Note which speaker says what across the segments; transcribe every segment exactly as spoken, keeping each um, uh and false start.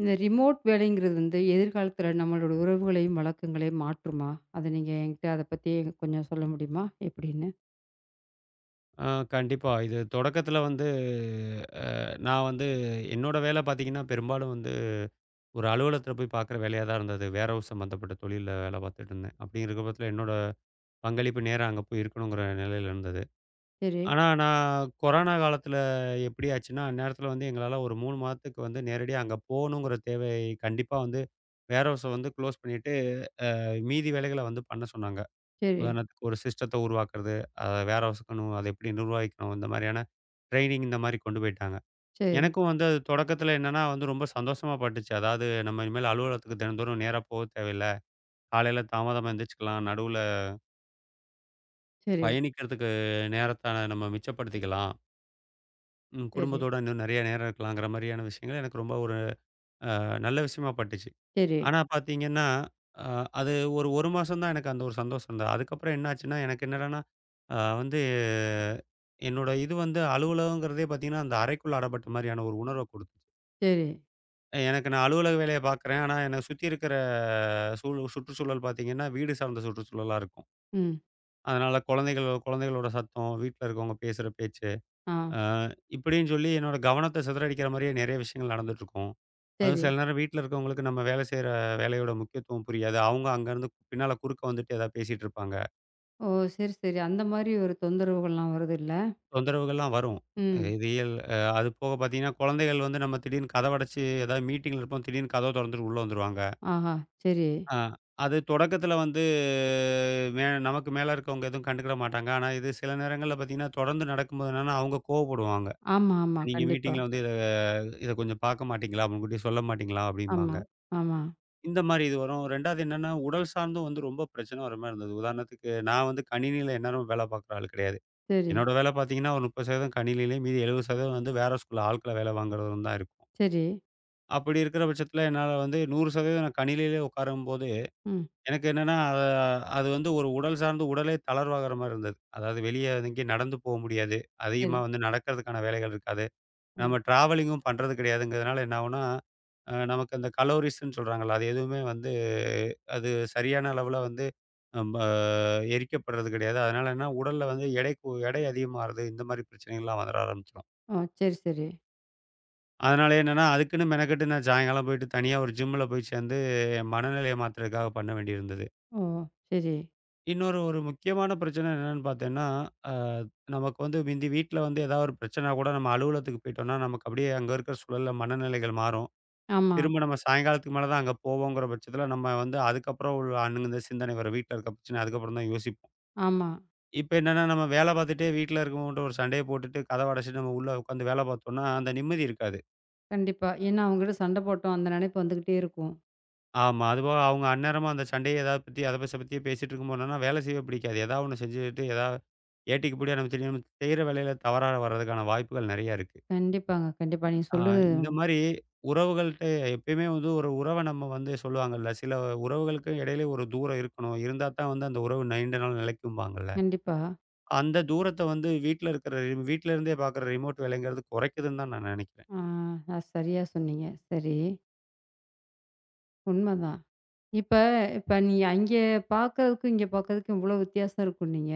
Speaker 1: இந்த ரிமோட் வேலைங்கிறது வந்து எதிர்காலத்துல நம்மளோட உறவுகளையும், வழக்கங்களையும் மாற்றுமா? அத நீங்க என்கிட்ட அத பத்தி கொஞ்சம் சொல்ல முடியுமா? எப்படின்னு?
Speaker 2: ஆ கண்டிப்பா. இது தொடக்கத்தில வந்து அ நான் வந்து என்னோட வேலை பார்த்தீங்கன்னா, பெரும்பாலும் வந்து ஒரு அலுவலகத்தில போய் பார்க்குற வேலையா தான் இருந்தது. வேர் ஹவுஸ் சம்மந்தப்பட்ட தொழில்ல வேலை பார்த்துட்டு இருந்தேன். அப்படிங்கிற பட்சத்தில என்னோட பங்களிப்பு நேரா அங்க போய் இருக்கணுங்கிற நிலையில இருந்தது.
Speaker 1: சரி,
Speaker 2: ஆனா நான் கொரோனா காலத்தில எப்படி ஆச்சுன்னா, அந்நேரத்தில வந்து எங்களால ஒரு மூணு மாதத்துக்கு வந்து நேரடியா அங்க போகணுங்கிற தேவை கண்டிப்பா வந்து வேர் ஹவுஸ வந்து குளோஸ் பண்ணிட்டு, அஹ், மீதி வேலைகள வந்து பண்ண சொன்னாங்க.
Speaker 1: சரி,
Speaker 2: உதாரணத்துக்கு ஒரு சிஸ்டத்த உருவாக்குறது, அதை வேர் ஹவுஸ்க்கணும், அதை எப்படி நிர்வகிக்கணும், இந்த மாதிரியான ட்ரெய்னிங் இந்த மாதிரி கொண்டு போயிட்டாங்க.
Speaker 1: சரி,
Speaker 2: எனக்கும் வந்து அது தொடக்கத்தில என்னன்னா வந்து ரொம்ப சந்தோஷமா பட்டுச்சு. அதாவது நம்ம இனிமேல் அலுவலகத்துக்கு தினந்தோறும் நேரா போக தேவையில்ல. காலையில தாமதமா எந்திரிச்சுக்கலாம். நடுவுல
Speaker 1: சரி,
Speaker 2: பயணிக்கிறதுக்கு நேரத்த நம்ம மிச்சப்படுத்திக்கலாம். ம்
Speaker 1: சரி,
Speaker 2: குடும்பத்தோட இன்னும் நிறைய நேரம் இருக்கலாங்கிற மாதிரியான விஷயங்கள் எனக்கு ரொம்ப ஒரு நல்ல விஷயமா பட்டுச்சு.
Speaker 1: சரி,
Speaker 2: ஆனா பார்த்தீங்கன்னா, அ அது ஒரு 1 மாசம் தான் எனக்கு அந்த ஒரு சந்தோஷம் இருந்தது. அதுக்கப்புறம் என்ன ஆச்சுன்னா, எனக்கு என்னடான்னா, அ வந்து என்னோட இது வந்து அலுவலகங்கிறதே பார்த்தீங்கன்னா, அந்த அறைக்குள்ள அடப்பட்ட மாரியான ஒரு உணர்வ குடுத்துச்சு.
Speaker 1: சரி.
Speaker 2: எனக்கு நான் அலுவலக வேலைய பார்க்குறேன். ஆனா, என்னை சுத்தி இருக்கிற சூழ் சுற்றுச்சூழல் பார்த்தீங்கன்னா, வீடு சார்ந்த சுற்றுச்சூழலா இருக்கும்.
Speaker 1: ம்.
Speaker 2: அதனால குழந்தைகள் குழந்தைகளோட சத்தம், வீட்ல இருக்கவங்க பேசுற பேச்சு,
Speaker 1: ஆ.
Speaker 2: அ இப்படின்னு சொல்லி என்னோட கவனத்த சிதறடிக்கிற மாரியே நெறைய விஷயங்கள் நடந்துட்டுருக்கும். அதுவும்
Speaker 1: சரி.
Speaker 2: சில நேரம் வீட்ல இருக்கவங்களுக்கு நம்ம வேலை செய்ற வேலையோட முக்கியத்துவம் புரியாது. அவங்க அங்கருந்து பின்னால குறுக்க வந்துட்டு ஏதாவது பேசிட்டு இருப்பாங்க.
Speaker 1: ஓ! சரி, சரி. அந்த மாரி ஒரு தொந்தரவுகள்லாம் வருது இல்ல?
Speaker 2: தொந்தரவுகள்லாம் வரும்.
Speaker 1: ம்.
Speaker 2: இது இயல் அ அது போக பார்த்தீங்கன்னா, குழந்தைகள் வந்து நம்ம திடீர்னு கதவ அடைச்சு ஏதாவது மீட்டிங்ல இருப்போம். திடீர்னு கதவ தொறந்துட்டு உள்ள வந்துருவாங்க.
Speaker 1: ஆஹா! சரி.
Speaker 2: ஆ அது தொடக்கத்தில வந்து மே நமக்கு மேல இருக்கவங்க எதுவும் கண்டுக்கிட மாட்டாங்க. ஆனா, இது சில நேரங்கள்ல பார்த்தீங்கன்னா, தொடர்ந்து நடக்கும்போது என்னன்னா, அவங்க கோவப்படுவாங்க.
Speaker 1: ஆமா, ஆமா.
Speaker 2: "நீங்க
Speaker 1: கண்டிப்பா.
Speaker 2: மீட்டிங்ல வந்து இத இத கொஞ்சம் பார்க்க மாட்டீங்களா? முன்கூட்டியே சொல்ல மாட்டீங்களா?"
Speaker 1: ஆமா,
Speaker 2: அப்படிம்பாங்க.
Speaker 1: ஆமா.
Speaker 2: இந்த மாரி இது வரும். 2வது என்னன்னா, உடல் சார்ந்தும் வந்து ரொம்ப பிரச்சனை வர மாரி இருந்தது. உதாரணத்துக்கு நான் வந்து கணினியில எந்நேரமும் வேலை பார்க்குற ஆள் கிடையாது.
Speaker 1: சரி,
Speaker 2: என்னோட வேலை பார்த்தீங்கன்னா, ஒரு முப்பது சதவீதம் கணினியிலயும், மீதி எழுபது சதவீதம் வந்து வேற ஸ்கூல்ல ஆட்கள வேலை வாங்குறதும் தான் இருக்கும்.
Speaker 1: சரி.
Speaker 2: அப்படி இருக்கிற பட்சத்தில என்னால வந்து நூறு சதவீதம் நான் கணினியிலேயே உட்காரும்போது,
Speaker 1: ம்.
Speaker 2: எனக்கு என்னன்னா, அ அது வந்து ஒரு உடல் சார்ந்து உடலே தளர்வாகிற மாரி இருந்தது. அதாவது வெளிய எங்கேயும் நடந்து போக முடியாது.
Speaker 1: சரி.
Speaker 2: அதிகமா வந்து நடக்கிறதுக்கான வேலைகள் இருக்காது.
Speaker 1: ம்.
Speaker 2: நம்ம டிராவலிங்கும் பண்றது கிடையாதுங்கிறதுனால என்ன ஆகும்னா, அ நமக்கு அந்த கலோரிஸ்ன்னு சொல்றாங்கல்ல, அது எதுவுமே வந்து அது சரியான அளவுல வந்து, அ ப எரிக்கப்படுறது கிடையாது. அதனால என்ன உடல்ல வந்து எடை கூ எடை அதிகமாகுறது. இந்த மாதிரி பிரச்சனைகள்லாம் வந்துர ஆரம்பிச்சுரும்.
Speaker 1: ஓ! சரி, சரி.
Speaker 2: அதனால என்னன்னா, அதுக்குன்னு மெனக்கெட்டு நான் சாயங்காலம் போயிட்டு தனியா ஒரு ஜிம்ல போய் சேர்ந்து என் மனநிலைய மாத்துறதுக்காக பண்ண வேண்டியிருந்தது.
Speaker 1: ஓ! சரி.
Speaker 2: இன்னொரு ஒரு முக்கியமான பிரச்சனை என்னன்னு பார்த்தேன்னா, அ நமக்கு வந்து மிந்தி வீட்ல வந்து ஏதாவது ஒரு பிரச்சனைனா கூட நம்ம அலுவலகத்துக்கு போயிட்டோம்னா, நமக்கு அப்படியே அங்க இருக்கிற சூழல்ல மனநிலைகள் மாறும்.
Speaker 1: ஆமா,
Speaker 2: திரும்ப நம்ம சாயங்காலத்துக்கு மேல தான் அங்க போவோங்கிற பட்சத்தில நம்ம வந்து அதுக்கப்புறம் உள்ள அணுகுந்த சிந்தனை வரும். வீட்ல இருக்க பிரச்சனை அதுக்கப்புறம் தான் யோசிப்போம்.
Speaker 1: ஆமா.
Speaker 2: இப்ப என்னன்னா, நம்ம வேலை பார்த்துட்டே வீட்ல இருக்கவங்கட்ட ஒரு சண்டைய போட்டுட்டு, கதவ அடைச்சுட்டு நம்ம உள்ள உட்காந்து வேலை பார்த்தோம்னா, அந்த நிம்மதி இருக்காது.
Speaker 1: கண்டிப்பா. ஏன்னா அவங்ககிட்ட சண்டை போட்டோம். அந்த நினைப்பு வந்துகிட்டே இருக்கும்.
Speaker 2: ஆமா. அதுபோக அவங்க அந்நேரமா அந்த சண்டைய எதாவது பத்தி, அத பச பத்தியே பேசிட்டு இருக்கும்போது என்னன்னா, வேலை செய்யவே பிடிக்காது. ஏதாவது ஒண்ணு செஞ்சுட்டு, ஏதாவது ஏட்டிக்கு பூட்டியா நம்ம தெரியாம செய்ற வேலையில தவறா வர்றதுக்கான வாய்ப்புகள் நெறைய இருக்கு.
Speaker 1: கண்டிப்பாங்க. கண்டிப்பா. நீங்க
Speaker 2: ஆ
Speaker 1: சொல்றது
Speaker 2: இந்த மாரி உறவுகள்ட்ட எப்பயுமே வந்து ஒரு உறவ நம்ம வந்து சொல்லுவாங்கல்ல, சில உறவுகளுக்கு இடையிலே ஒரு தூரம் இருக்கணும். இருந்தா தான் வந்து அந்த உறவு நீண்ட நாள் நிலைக்கும்பாங்கல்ல.
Speaker 1: கண்டிப்பா.
Speaker 2: அந்த தூரத்த வந்து வீட்ல இருக்கிற வீட்ல இருந்தே பார்க்குற ரிமோட் வேலைங்கிறது குறைக்குதுன்னு தான் நான் நினைக்கிறேன்.
Speaker 1: ஆ அது சரியா சொன்னீங்க. சரி. உண்மதான். இப்ப இப்ப நீங்க அங்கே பார்க்கறதுக்கும், இங்க பார்க்கறதுக்கும் இவ்வளோ வித்தியாசம் இருக்குன்னீங்க.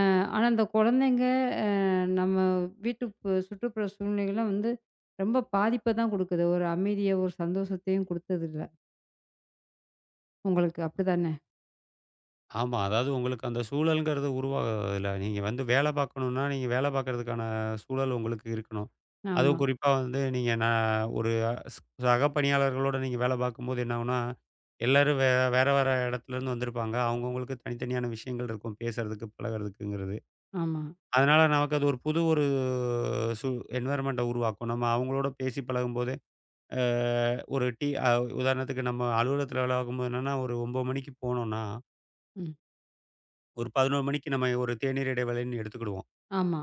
Speaker 1: அ ஆனா இந்த குழந்தைங்க அ நம்ம வீட்டு பு சுற்றுப்புற சூழ்நிலைகள்லாம் வந்து ரொம்ப பாதிப்ப தான் குடுக்குது. ஒரு அமைதிய, ஒரு சந்தோஷத்தையும் குடுத்ததில்ல. உங்களுக்கு அப்படிதானே?
Speaker 2: ஆமா. அதாவது உங்களுக்கு அந்த சூழல்ங்கிறது உருவாகுதுல. நீங்க வந்து வேலை பார்க்கணும்னா, நீங்க வேலை பார்க்கறதுக்கான சூழல் உங்களுக்கு இருக்கணும்.
Speaker 1: ஆமா,
Speaker 2: அதுவும் குறிப்பா வந்து நீங்க நா ஒரு ஸ் சக பணியாளர்களோட நீங்க வேலை பார்க்கும்போது என்ன ஆகும்னா, எல்லாரும் வே வேற வேற இடத்துலருந்து வந்திருப்பாங்க. அவங்கவங்களுக்கு தனித்தனியான விஷயங்கள் இருக்கும் பேசுறதுக்கு, பழகுறதுக்குங்கிறது.
Speaker 1: ஆமா.
Speaker 2: அதனால நமக்கு அது ஒரு புது ஒரு சு என்வைரன்மெண்ட்ட உருவாக்கும். நம்ம அவங்களோட பேசி பழகும்போதே, அ ஒரு டீ அ உதாரணத்துக்கு நம்ம அலுவலகத்தில வேலை பார்க்கும்போது என்னன்னா, ஒரு ஒன்பது மணிக்கு போனோம்னா
Speaker 1: ம்.
Speaker 2: ஒரு பதினொரு மணிக்கு நம்ம ஒரு தேநீர் இடைவேளைன்னு எடுத்துக்கிடுவோம்.
Speaker 1: ஆமா.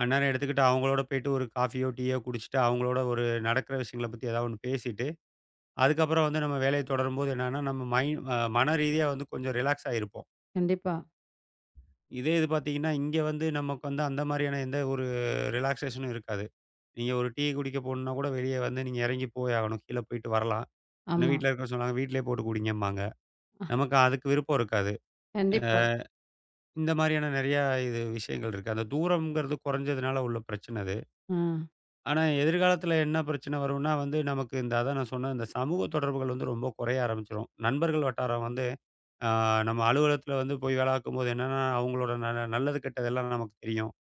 Speaker 2: அந்நேரம் எடுத்துக்கிட்டு அவங்களோட போயிட்டு ஒரு காஃபியோ, டீயோ குடிச்சிட்டு அவங்களோட ஒரு நடக்கிற விஷயங்கள பத்தி ஏதாவது ஒண்ணு பேசிட்டு, அதுக்கப்புறம் வந்து நம்ம வேலைய தொடரும்போது என்னன்னா, நம்ம மை அ மன ரீதியா வந்து கொஞ்சம் ரிலாக்ஸ் ஆயிருப்போம்.
Speaker 1: கண்டிப்பா.
Speaker 2: இதே இது பார்த்தீங்கன்னா, இங்க வந்து நமக்கு வந்து அந்த மாரியான எந்த ஒரு ரிலாக்சேஷனும் இருக்காது. நீங்க ஒரு டீ குடிக்க போணும்னா கூட வெளிய வந்து நீங்க இறங்கி போய் ஆகணும். கீழ போயிட்டு வரலாம். இன்னும்
Speaker 1: ஆமா.
Speaker 2: வீட்ல இருக்க சொன்னாங்க, வீட்லயே போட்டு குடிங்கம்பாங்க. நமக்கு அதுக்கு விருப்பம் இருக்காது. அ
Speaker 1: கண்டிப்பா.
Speaker 2: இந்த மாரியான நெறையா இது விஷயங்கள் இருக்கு. அந்த தூரம்ங்கிறது குறைஞ்சதுனால உள்ள பிரச்சனை அது.
Speaker 1: ஆ.
Speaker 2: ஆனா, எதிர்காலத்தில என்ன பிரச்சனை வரும்னா வந்து, நமக்கு இந்த அதான் நான் சொன்ன இந்த சமூக தொடர்புகள் வந்து ரொம்ப குறைய ஆரம்பிச்சுரும். நண்பர்கள் வட்டாரம் வந்து, ஆ நம்ம அலுவலகத்தில வந்து போய் வேலை பார்க்கும்போது என்னன்னா, அவங்களோட ந நல்லது கெட்டதெல்லாம் நமக்கு தெரியும்.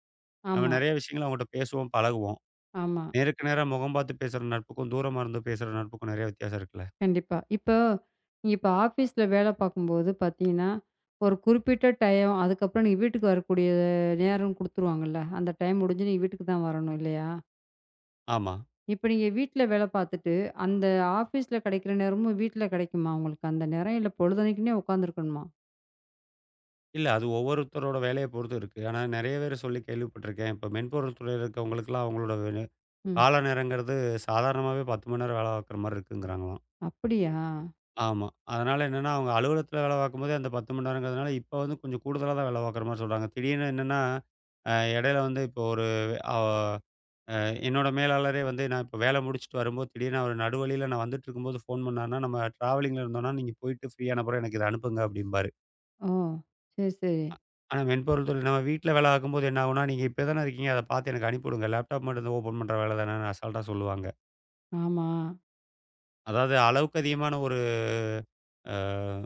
Speaker 2: நம்ம
Speaker 1: ஆமா,
Speaker 2: நெறைய விஷயங்கள அவங்கட்ட பேசுவோம், பழகுவோம்.
Speaker 1: ஆமா.
Speaker 2: நேருக்கு நேரா முகம் பார்த்து பேசுற நட்புக்கும், தூரமா இருந்து பேசுற நட்புக்கும் நெறைய வித்தியாசம் இருக்குல்ல?
Speaker 1: கண்டிப்பா. இப்போ நீங்க இப்ப ஆஃபீஸ்ல வேலை பார்க்கும்போது பார்த்தீங்கன்னா, ஒரு குறிப்பிட்ட டைம் அதுக்கப்புறம் நீங்க வீட்டுக்கு வரக்கூடிய நேரம் குடுத்துருவாங்கல்ல. அந்த டைம் முடிஞ்சு நீங்க வீட்டுக்கு தான் வரணும் இல்லையா?
Speaker 2: ஆமா.
Speaker 1: இப்ப நீங்க வீட்ல வேலை பார்த்துட்டு, அந்த ஆஃபீஸ்ல கிடைக்கிற நேரமும் வீட்ல கிடைக்குமா உங்களுக்கு அந்த நேரம்? இல்ல பொழுதன்னைக்குன்னே உட்காந்துருக்கணுமா?
Speaker 2: இல்ல அது ஒவ்வொருத்தரோட வேலைய பொறுத்து இருக்கு. ஆனா நெறைய பேர் சொல்லி கேள்விப்பட்டுருக்கேன். இப்ப மென்பொருள் துறையில இருக்கவங்களுக்கெல்லாம் அவங்களோட வே-
Speaker 1: ம்.
Speaker 2: கால நேரங்கிறது சாதாரணமாவே பத்து மணி நேரம் வேலை பார்க்குற மாரி இருக்குங்கிறாங்களாம்.
Speaker 1: அப்படியா?
Speaker 2: ஆமா. அதனால என்னன்னா, அவங்க அலுவலகத்துல வேலை பார்க்கும்போதே அந்த பத்து மணி நேரங்கிறதுனால, இப்ப வந்து கொஞ்சம் கூடுதலா தான் வேலை பார்க்குற மாரி சொல்றாங்க. திடீர்னு என்னன்னா, அ இடையில வந்து இப்போ ஒரு அ அ என்னோட மேலாளரே வந்து நான் இப்ப வேலை முடிச்சுட்டு வரும்போது, திடீர்னு அவரு நடுவழியில நான் வந்துட்டுருக்கும்போது ஃபோன் பண்ணாருன்னா, "நம்ம ட்ராவலிங்ல இருந்தோம்னா, நீங்க போயிட்டு ஃப்ரீயான பிறகு எனக்கு இத அனுப்புங்க" அப்படிம்பாரு.
Speaker 1: ஓ! சரி, சரி.
Speaker 2: ஆனா மென்பொருள் துறை நம்ம வீட்ல வேலை பார்க்கும்போது என்ன ஆகும்னா, "நீங்க இப்படி தானே இருக்கீங்க, அத பார்த்து எனக்கு அனுப்பி விடுங்க. லேப்டாப் மட்டும் ஓப்பன் பண்ற வேலை தானேன்னு" அசால்ட்டா சொல்லுவாங்க.
Speaker 1: ஆமா.
Speaker 2: அதாவது அளவுக்கு அதிகமான ஒரு அ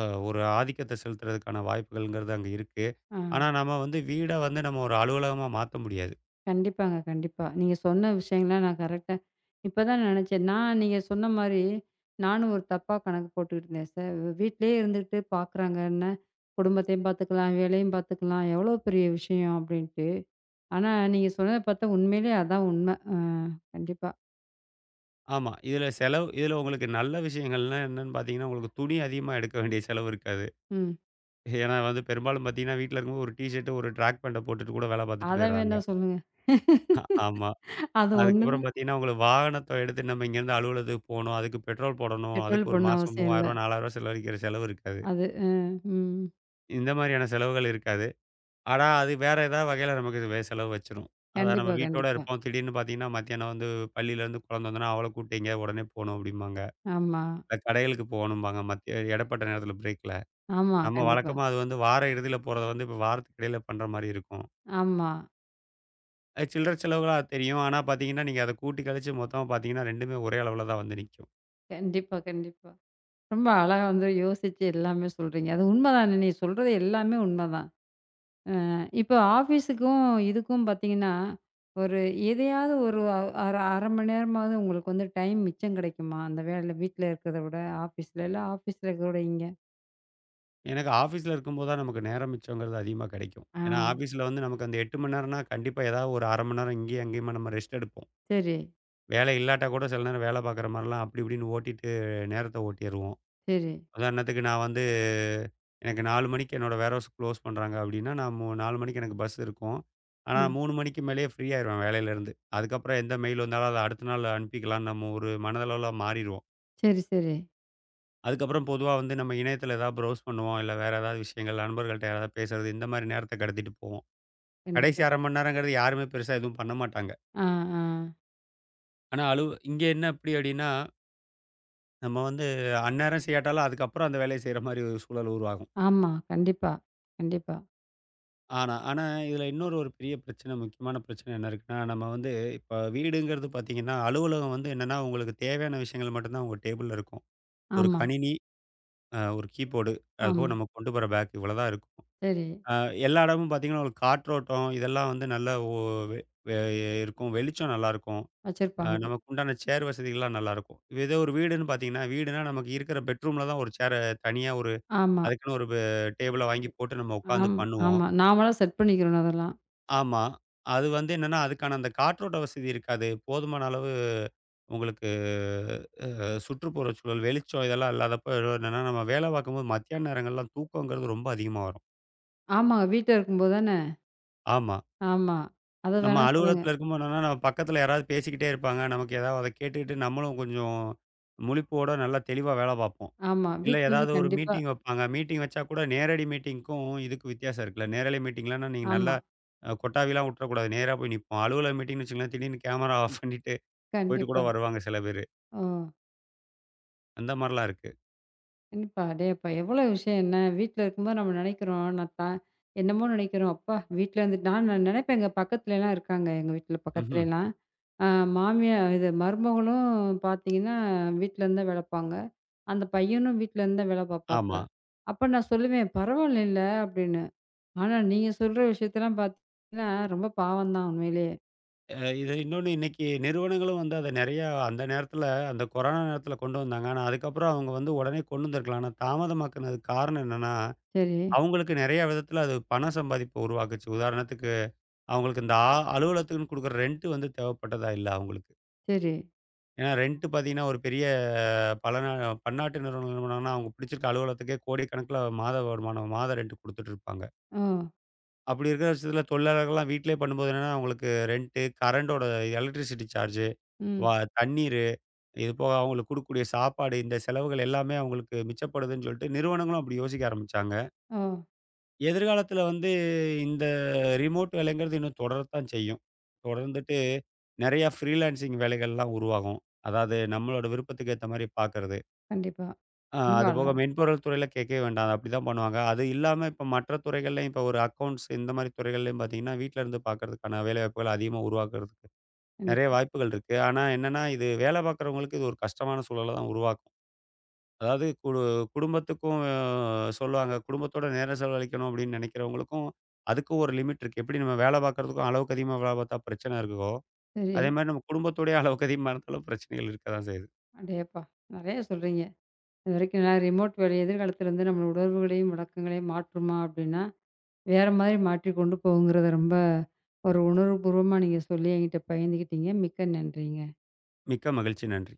Speaker 2: அ ஒரு ஆதிக்கத்த செலுத்துறதுக்கான வாய்ப்புகள்ங்கிறது அங்க இருக்கு.
Speaker 1: ஆ.
Speaker 2: ஆனா, நம்ம வந்து வீட வந்து நம்ம ஒரு அலுவலகமா மாத்த முடியாது.
Speaker 1: கண்டிப்பாங்க, கண்டிப்பா. நீங்க சொன்ன விஷயங்கள்லாம் நான் கரெக்ட்டா இப்பதான் நெனச்சேன். நான் நீங்க சொன்ன மாரி, நானும் ஒரு தப்பா கணக்கு போட்டுக்கிட்டு இருந்தேன். ச வீட்லயே இருந்துகிட்டு பார்க்குறாங்கன்னா, குடும்பத்தையும் பார்த்துக்கலாம், வேலையும் பார்த்துக்கலாம், எவ்வளோ பெரிய விஷயம் அப்டின்ட்டு. ஆனா நீங்க சொன்னத பார்த்தா உண்மையிலே அதான் உண்ம. அ கண்டிப்பா.
Speaker 2: ஆமா. இதுல செலவு இதுல உங்களுக்கு நல்ல விஷயங்கள்னா என்னன்னு பார்த்தீங்கன்னா, உங்களுக்கு துணி அதிகமா எடுக்க வேண்டிய செலவு இருக்காது.
Speaker 1: ம்.
Speaker 2: ஏன்னா வந்து பெரும்பாலும் பார்த்தீங்கன்னா, வீட்ல இருக்கும்போது ஒரு டீ ஷர்ட், ஒரு ட்ராக் பேண்ட்ட போட்டுட்டு கூட வேல பார்த்துட்டு
Speaker 1: அத
Speaker 2: போயிடுறாங்க.
Speaker 1: வேணா சொல்லுங்க.
Speaker 2: ஆமா.
Speaker 1: அது ஒண்ணு
Speaker 2: அதுக்கப்புறம்
Speaker 1: தான்
Speaker 2: பார்த்தீங்கன்னா, உங்களுக்கு வாகனத்த எடுத்து நம்ம இங்கேருந்து அலுவலகத்துக்கு போணும். அதுக்கு பெட்ரோல் போடணும்.
Speaker 1: பெட்ரோல்
Speaker 2: அதுக்கு ஒரு
Speaker 1: போடணும்
Speaker 2: மாசம் ரூ.
Speaker 1: அவசியம் இல்ல.
Speaker 2: மூவாயிரம் ரூ. நாலாயிரம் செலவழிக்கிற செலவு இருக்காது.
Speaker 1: அது அ ம்.
Speaker 2: இந்த மாரியான செலவுகள் இருக்காது. ஆனா, அது வேற ஏதாவது வகையில நமக்கு இது வே செலவு வச்சிரும். அதான் நம்ம
Speaker 1: கண்டிப்பா,
Speaker 2: வீட்டோட
Speaker 1: கண்டிப்பா.
Speaker 2: இருப்போம். திடீர்னு பார்த்தீங்கன்னா, மத்தியானம் வந்து பள்ளியிலேருந்து குழந்தை வந்தோனே, "அவள கூட்டு எங்கேயாவது உடனே போணும்" அப்படிம்பாங்க.
Speaker 1: ஆமா,
Speaker 2: இல்ல கடைகளுக்கு போகணும்பாங்க மத்திய இடைப்பட்ட நேரத்தில பிரேக்ல.
Speaker 1: ஆமா.
Speaker 2: நம்ம
Speaker 1: கண்டிப்பா.
Speaker 2: வழக்கமா அது வந்து வார இறுதியில போறத வந்து இப்ப வாரத்துக்கு இடையில பண்ற மாரி இருக்கும்.
Speaker 1: ஆமா.
Speaker 2: அது சில்லற செலவுகளா தெரியும். ஆனா பார்த்தீங்கன்னா, நீங்க அத கூட்டி கழிச்சு மொத்தமா பார்த்தீங்கன்னா, 2மே ஒரே அளவுல தான் வந்து நிக்கும்.
Speaker 1: கண்டிப்பா, கண்டிப்பா. ரொம்ப அழகா வந்து யோசிச்சு எல்லாமே சொல்றீங்க. அது உண்மதானே! நீங்க சொல்றது எல்லாமே உண்மதான். அ இப்போ ஆஃபீஸுக்கும் இதுக்கும் பார்த்தீங்கன்னா, ஒரு எதையாவது ஒரு அ அர அரை மணி நேரமாவது உங்களுக்கு வந்து டைம் மிச்சம் கிடைக்குமா? அந்த வேலையில வீட்ல இருக்கிறத விட ஆஃபீஸ்ல, இல்ல ஆஃபீஸ்ல இருக்கிறத விட இங்க?
Speaker 2: எனக்கு ஆஃபீஸ்ல இருக்கும்போது தான் நமக்கு நேரம் மிச்சங்கிறது அதிகமா கிடைக்கும்.
Speaker 1: ஆ
Speaker 2: ஏன்னா, ஆஃபீஸ்ல வந்து நமக்கு அந்த எட்டு மணி நேரம்னா, கண்டிப்பா ஏதாவது ஒரு அரை மணி நேரம் இங்கேயும், அங்கேயுமா நம்ம ரெஸ்ட் எடுப்போம்.
Speaker 1: சரி,
Speaker 2: வேலை இல்லாட்டா கூட சில நேரம் வேலை பார்க்குற மாரிலாம் அப்படி இப்படின்னு ஓட்டிட்டு நேரத்த ஓட்டிருவோம்.
Speaker 1: சரி.
Speaker 2: உதாரணத்துக்கு நான் வந்து எனக்கு நாலு மணிக்கு என்னோட வேர்ஹவுஸ் குளோஸ் பண்றாங்க அப்படின்னா, நான் மு நாலு மணிக்கு எனக்கு பஸ் இருக்கும். ஆனா
Speaker 1: ம்.
Speaker 2: மூணு மணிக்கு மேலேயே ஃப்ரீ ஆயிருவேன் வேலையிலேருந்து. அதுக்கப்புறம் எந்த மெயில் வந்தாலும் அத அடுத்த நாள் அனுப்பிக்கலாம் நம்ம ஒரு மனதளவுல மாறிருவோம்.
Speaker 1: சரி, சரி.
Speaker 2: அதுக்கப்புறம் பொதுவா வந்து நம்ம இணையத்தில ஏதாவது ப்ரௌஸ் பண்ணுவோம். இல்ல வேற ஏதாவது விஷயங்கள் நண்பர்கள்ட்ட யாராவது பேசுறது இந்த மாரி நேரத்த கடத்திட்டு போவோம். கடைசி
Speaker 1: கண்டிப்பா.
Speaker 2: அரை மணி நேரங்கிறது யாருமே பெருசா எதுவும் பண்ண மாட்டாங்க.
Speaker 1: ஆ, ஆ.
Speaker 2: ஆனா அலுவ இங்க என்ன அப்படி அப்படின்னா நம்ம வந்து அந்நேரம் செய்யாட்டாலும் அதுக்கப்புறம் அந்த வேலைய செய்ற மாரி ஒரு சூழல் உருவாகும்.
Speaker 1: ஆமா. கண்டிப்பா, கண்டிப்பா.
Speaker 2: ஆனா ஆனா இதில இன்னொரு ஒரு பெரிய பிரச்சனை, முக்கியமான பிரச்சனை என்ன இருக்குன்னா, நம்ம வந்து இப்ப வீடுங்கிறது பார்த்தீங்கன்னா, அலுவலகம் வந்து என்னன்னா, உங்களுக்கு தேவையான விஷயங்கள் மட்டும் தான் உங்க டேபிள்ல இருக்கும். ஒரு
Speaker 1: ஆமா,
Speaker 2: கணினி, அ ஒரு கீபோர்டு, அதுபோக
Speaker 1: ஆமா.
Speaker 2: நம்ம கொண்டு போற பேக் இவ்வளோ தான் இருக்கும்.
Speaker 1: சரி.
Speaker 2: அ எல்லா இடமும் பார்த்தீங்கன்னா, ஒரு காற்றோட்டம் இதெல்லாம் வந்து நல்லா ஒ வெ வெ இருக்கும். வெளிச்சம் நல்லாயிருக்கும். அ
Speaker 1: வச்சிருப்பாங்க போய்.
Speaker 2: நமக்கு உண்டான சேர் வசதிகள்லாம் நல்லாயிருக்கும். இதே ஒரு வீடுன்னு பார்த்தீங்கன்னா, வீடுனா நமக்கு இருக்கிற பெட்ரூம்ல தான் ஒரு சேர தனியா ஒரு
Speaker 1: ஆமா,
Speaker 2: அதுக்குன்னு ஒரு பே டேபிள வாங்கி போட்டு நம்ம உட்காந்து
Speaker 1: ஆமா,
Speaker 2: பண்ணுவோம்.
Speaker 1: ஆமா. நாமளா செட் பண்ணிக்கிறணும் அதெல்லாம்.
Speaker 2: ஆமா. அது வந்து என்னன்னா, அதுக்கான அந்த காற்றோட்ட வசதி இருக்காது. போதுமான அளவு உங்களுக்கு அ சுற்றுப்புறச்சூழல், வெளிச்சம் இதெல்லாம் இல்லாதப்ப என்னன்னா, நம்ம வேலை பார்க்கும்போது மத்தியான நேரங்கள்லாம் தூக்கங்கிறது ரொம்ப அதிகமா வரும்.
Speaker 1: ஆமாங்க. வீட்ல இருக்கும்போது தானே
Speaker 2: ஆமா.
Speaker 1: ஆமா. அத
Speaker 2: நம்ம
Speaker 1: வேணா சொல்லுங்க.
Speaker 2: அலுவலகத்தில இருக்கும்போது என்னன்னா, நம்ம பக்கத்தில யாராவது பேசிக்கிட்டே இருப்பாங்க. நமக்கு ஏதாவது அத கேட்டுக்கிட்டு நம்மளும் கொஞ்சம் முழிப்போட நல்லா தெளிவா வேலை பார்ப்போம்.
Speaker 1: ஆமா.
Speaker 2: இல்ல
Speaker 1: வீட்லருந்து
Speaker 2: ஏதாவது ஒரு
Speaker 1: கண்டிப்பா.
Speaker 2: மீட்டிங் வைப்பாங்க. மீட்டிங் வச்சா கூட நேரடி மீட்டிங்க்கும், இதுக்கும் வித்தியாசம் இருக்குல்ல. நேரலை மீட்டிங்லன்னா நீங்க நல்லா
Speaker 1: ஆமா.
Speaker 2: அ கொட்டாவிலாம் உட்றக்கூடாது. நேரா போய் நிப்போம். அலுவலக மீட்டிங்ன்னு வச்சுக்கங்களேன், திடீர்னு கேமரா ஆஃப் பண்ணிட்டு போயிட்டு கூட
Speaker 1: கண்டிப்பா.
Speaker 2: வருவாங்க சில பேரு.
Speaker 1: ஓ!
Speaker 2: அந்த மாரிலாம் இருக்கு.
Speaker 1: கண்டிப்பா. அடேயப்பா! எவ்வளோ விஷயம் என்ன? வீட்ல இருக்கும்போது நம்ம நெனைக்கிறோம். நான் தா என்னமோ நெனைக்கிறோம். அப்பா! வீட்ல இருந்து நான் நான் நெனைப்பேன் எங்க பக்கத்துலலாம் இருக்காங்க. எங்க வீட்ல
Speaker 2: ம்ஹ்ம்.
Speaker 1: பக்கத்துலலாம். ஆ மாமியா இது மருமகளும் பார்த்தீங்கன்னா, வீட்லருந்து தான் வேல பாப்பாங்க. அந்த பையனும் வீட்லருந்து தான் வேல பாப்பாப்புல.
Speaker 2: ஆமா.
Speaker 1: அப்ப நான் சொல்லுவேன், "பரவாயில்லைல" அப்படின்னு. ஆனா நீங்க சொல்ற விஷயத்தலாம் பார்த்தீங்கன்னா, ரொம்ப பாவம் தான் உண்மையிலேயே.
Speaker 2: அ இது இன்னொன்னு இன்னைக்கு நிறுவனங்களும் வந்து அத நெறையா அந்த நேரத்துல, அந்த கொரோனா நேரத்துல கொண்டு வந்தாங்க. ஆனா, அதுக்கப்புறம் அவங்க வந்து உடனே கொண்டு வந்திருக்கலாம். ஆனா, தாமதமாக்குனதுக்கு காரணம் என்னன்னா,
Speaker 1: சரி,
Speaker 2: அவங்களுக்கு நெறைய விதத்துல அது பண சம்பாதிப்ப உருவாக்குச்சு. உதாரணத்துக்கு, அவங்களுக்கு இந்த ஆ அலுவலகத்துக்குன்னு குடுக்குற ரெண்ட் வந்து தேவைப்பட்டதா இல்ல அவங்களுக்கு.
Speaker 1: சரி.
Speaker 2: ஏன்னா ரென்ட் பார்த்தீங்கன்னா, ஒரு பெரிய பல நா பன்னாட்டு நிறுவனம் என்ன பண்ணுவாங்கன்னா, அவங்க பிடிச்சிருக்க அலுவலகத்துக்கே கோடிக்கணக்கில மாத வருமானம், மாத ரென்ட் குடுத்துட்டு இருப்பாங்க.
Speaker 1: ஓ!
Speaker 2: அப்படி இருக்கிற பட்சத்தில தொழிலாளர்கள்லாம் வீட்டிலேயே பண்ணும்போது என்னன்னா, அவங்களுக்கு ரென்ட்டு, கரண்டோட எலக்ட்ரிசிட்டி சார்ஜ், வா
Speaker 1: ம்.
Speaker 2: தண்ணீரு, இது போக அவங்களுக்கு குடுக்கக்கூடிய சாப்பாடு, இந்த செலவுகள் எல்லாமே அவங்களுக்கு மிச்சப்படுதுன்னு சொல்லிட்டு நிறுவனங்களும் அப்படி யோசிக்க ஆரம்பிச்சாங்க.
Speaker 1: ஓ!
Speaker 2: எதிர்காலத்தில வந்து இந்த ரிமோட் வேலைங்கிறது இன்னும் தொடரத்தான் செய்யும். தொடர்ந்துட்டு நெறைய ஃப்ரீலான்சிங் வேலைகள்லாம் உருவாகும். அதாவது நம்மளோட விருப்பத்துக்கு ஏத்த மாரி பார்க்கறது.
Speaker 1: கண்டிப்பா.
Speaker 2: ஆ
Speaker 1: ரொம்ப
Speaker 2: அதுபோக
Speaker 1: அழகா
Speaker 2: மென்பொருள் துறையில கேட்கவே வேண்டாம். அது அப்படிதான் பண்ணுவாங்க. அது இல்லாம இப்ப மற்ற துறைகள்லயும் இப்ப ஒரு அக்கவுண்ட்ஸ் இந்த மாரி துறைகள்லயும் பார்த்தீங்கன்னா, வீட்ல இருந்து பார்க்கறதுக்கான வேலைவாய்ப்புகள் அதிகமா உருவாக்குறதுக்கு நெறைய
Speaker 1: கண்டிப்பா.
Speaker 2: வாய்ப்புகள் இருக்கு. ஆனா என்னன்னா, இது வேலை பார்க்குறவங்களுக்கு இது ஒரு கஷ்டமான சூழல தான் உருவாக்கும். அதாவது குடு குடும்பத்துக்கும் அஹ், சொல்லுவாங்க. குடும்பத்தோட நேரம் செலவழிக்கணும் அப்படின்னு நெனைக்கிறவங்களுக்கும், அதுக்கும் ஒரு லிமிட் இருக்கு. எப்படி நம்ம வேலை பார்க்குறதுக்கும் அளவுக்கு அதிகமா வேலை பார்த்தா பிரச்சனை இருக்கோ,
Speaker 1: சரி.
Speaker 2: அதே மாரி நம்ம குடும்பத்தோடயே அளவுக்கு அதிகமா இருந்தாலும் பிரச்சனைகள் இருக்க தான் செய்யுது.
Speaker 1: அடேயப்பா! நெறைய சொல்றீங்க. இதுவரைக்கும் நான் ரிமோட் வேலை எதிர்காலத்தில வந்து நம்மளோட உணர்வுகளையும், வழக்கங்களையும் மாற்றுமா அப்படின்னா, வேற மாரி மாற்றி கொண்டு போகுங்கிறத ரொம்ப ஒரு உணர்வுபூர்வமா நீங்க சொல்லி என்கிட்ட பகிர்ந்துக்கிட்டீங்க. மிக்க நன்றிங்க.
Speaker 2: மிக்க மகிழ்ச்சி. நன்றி.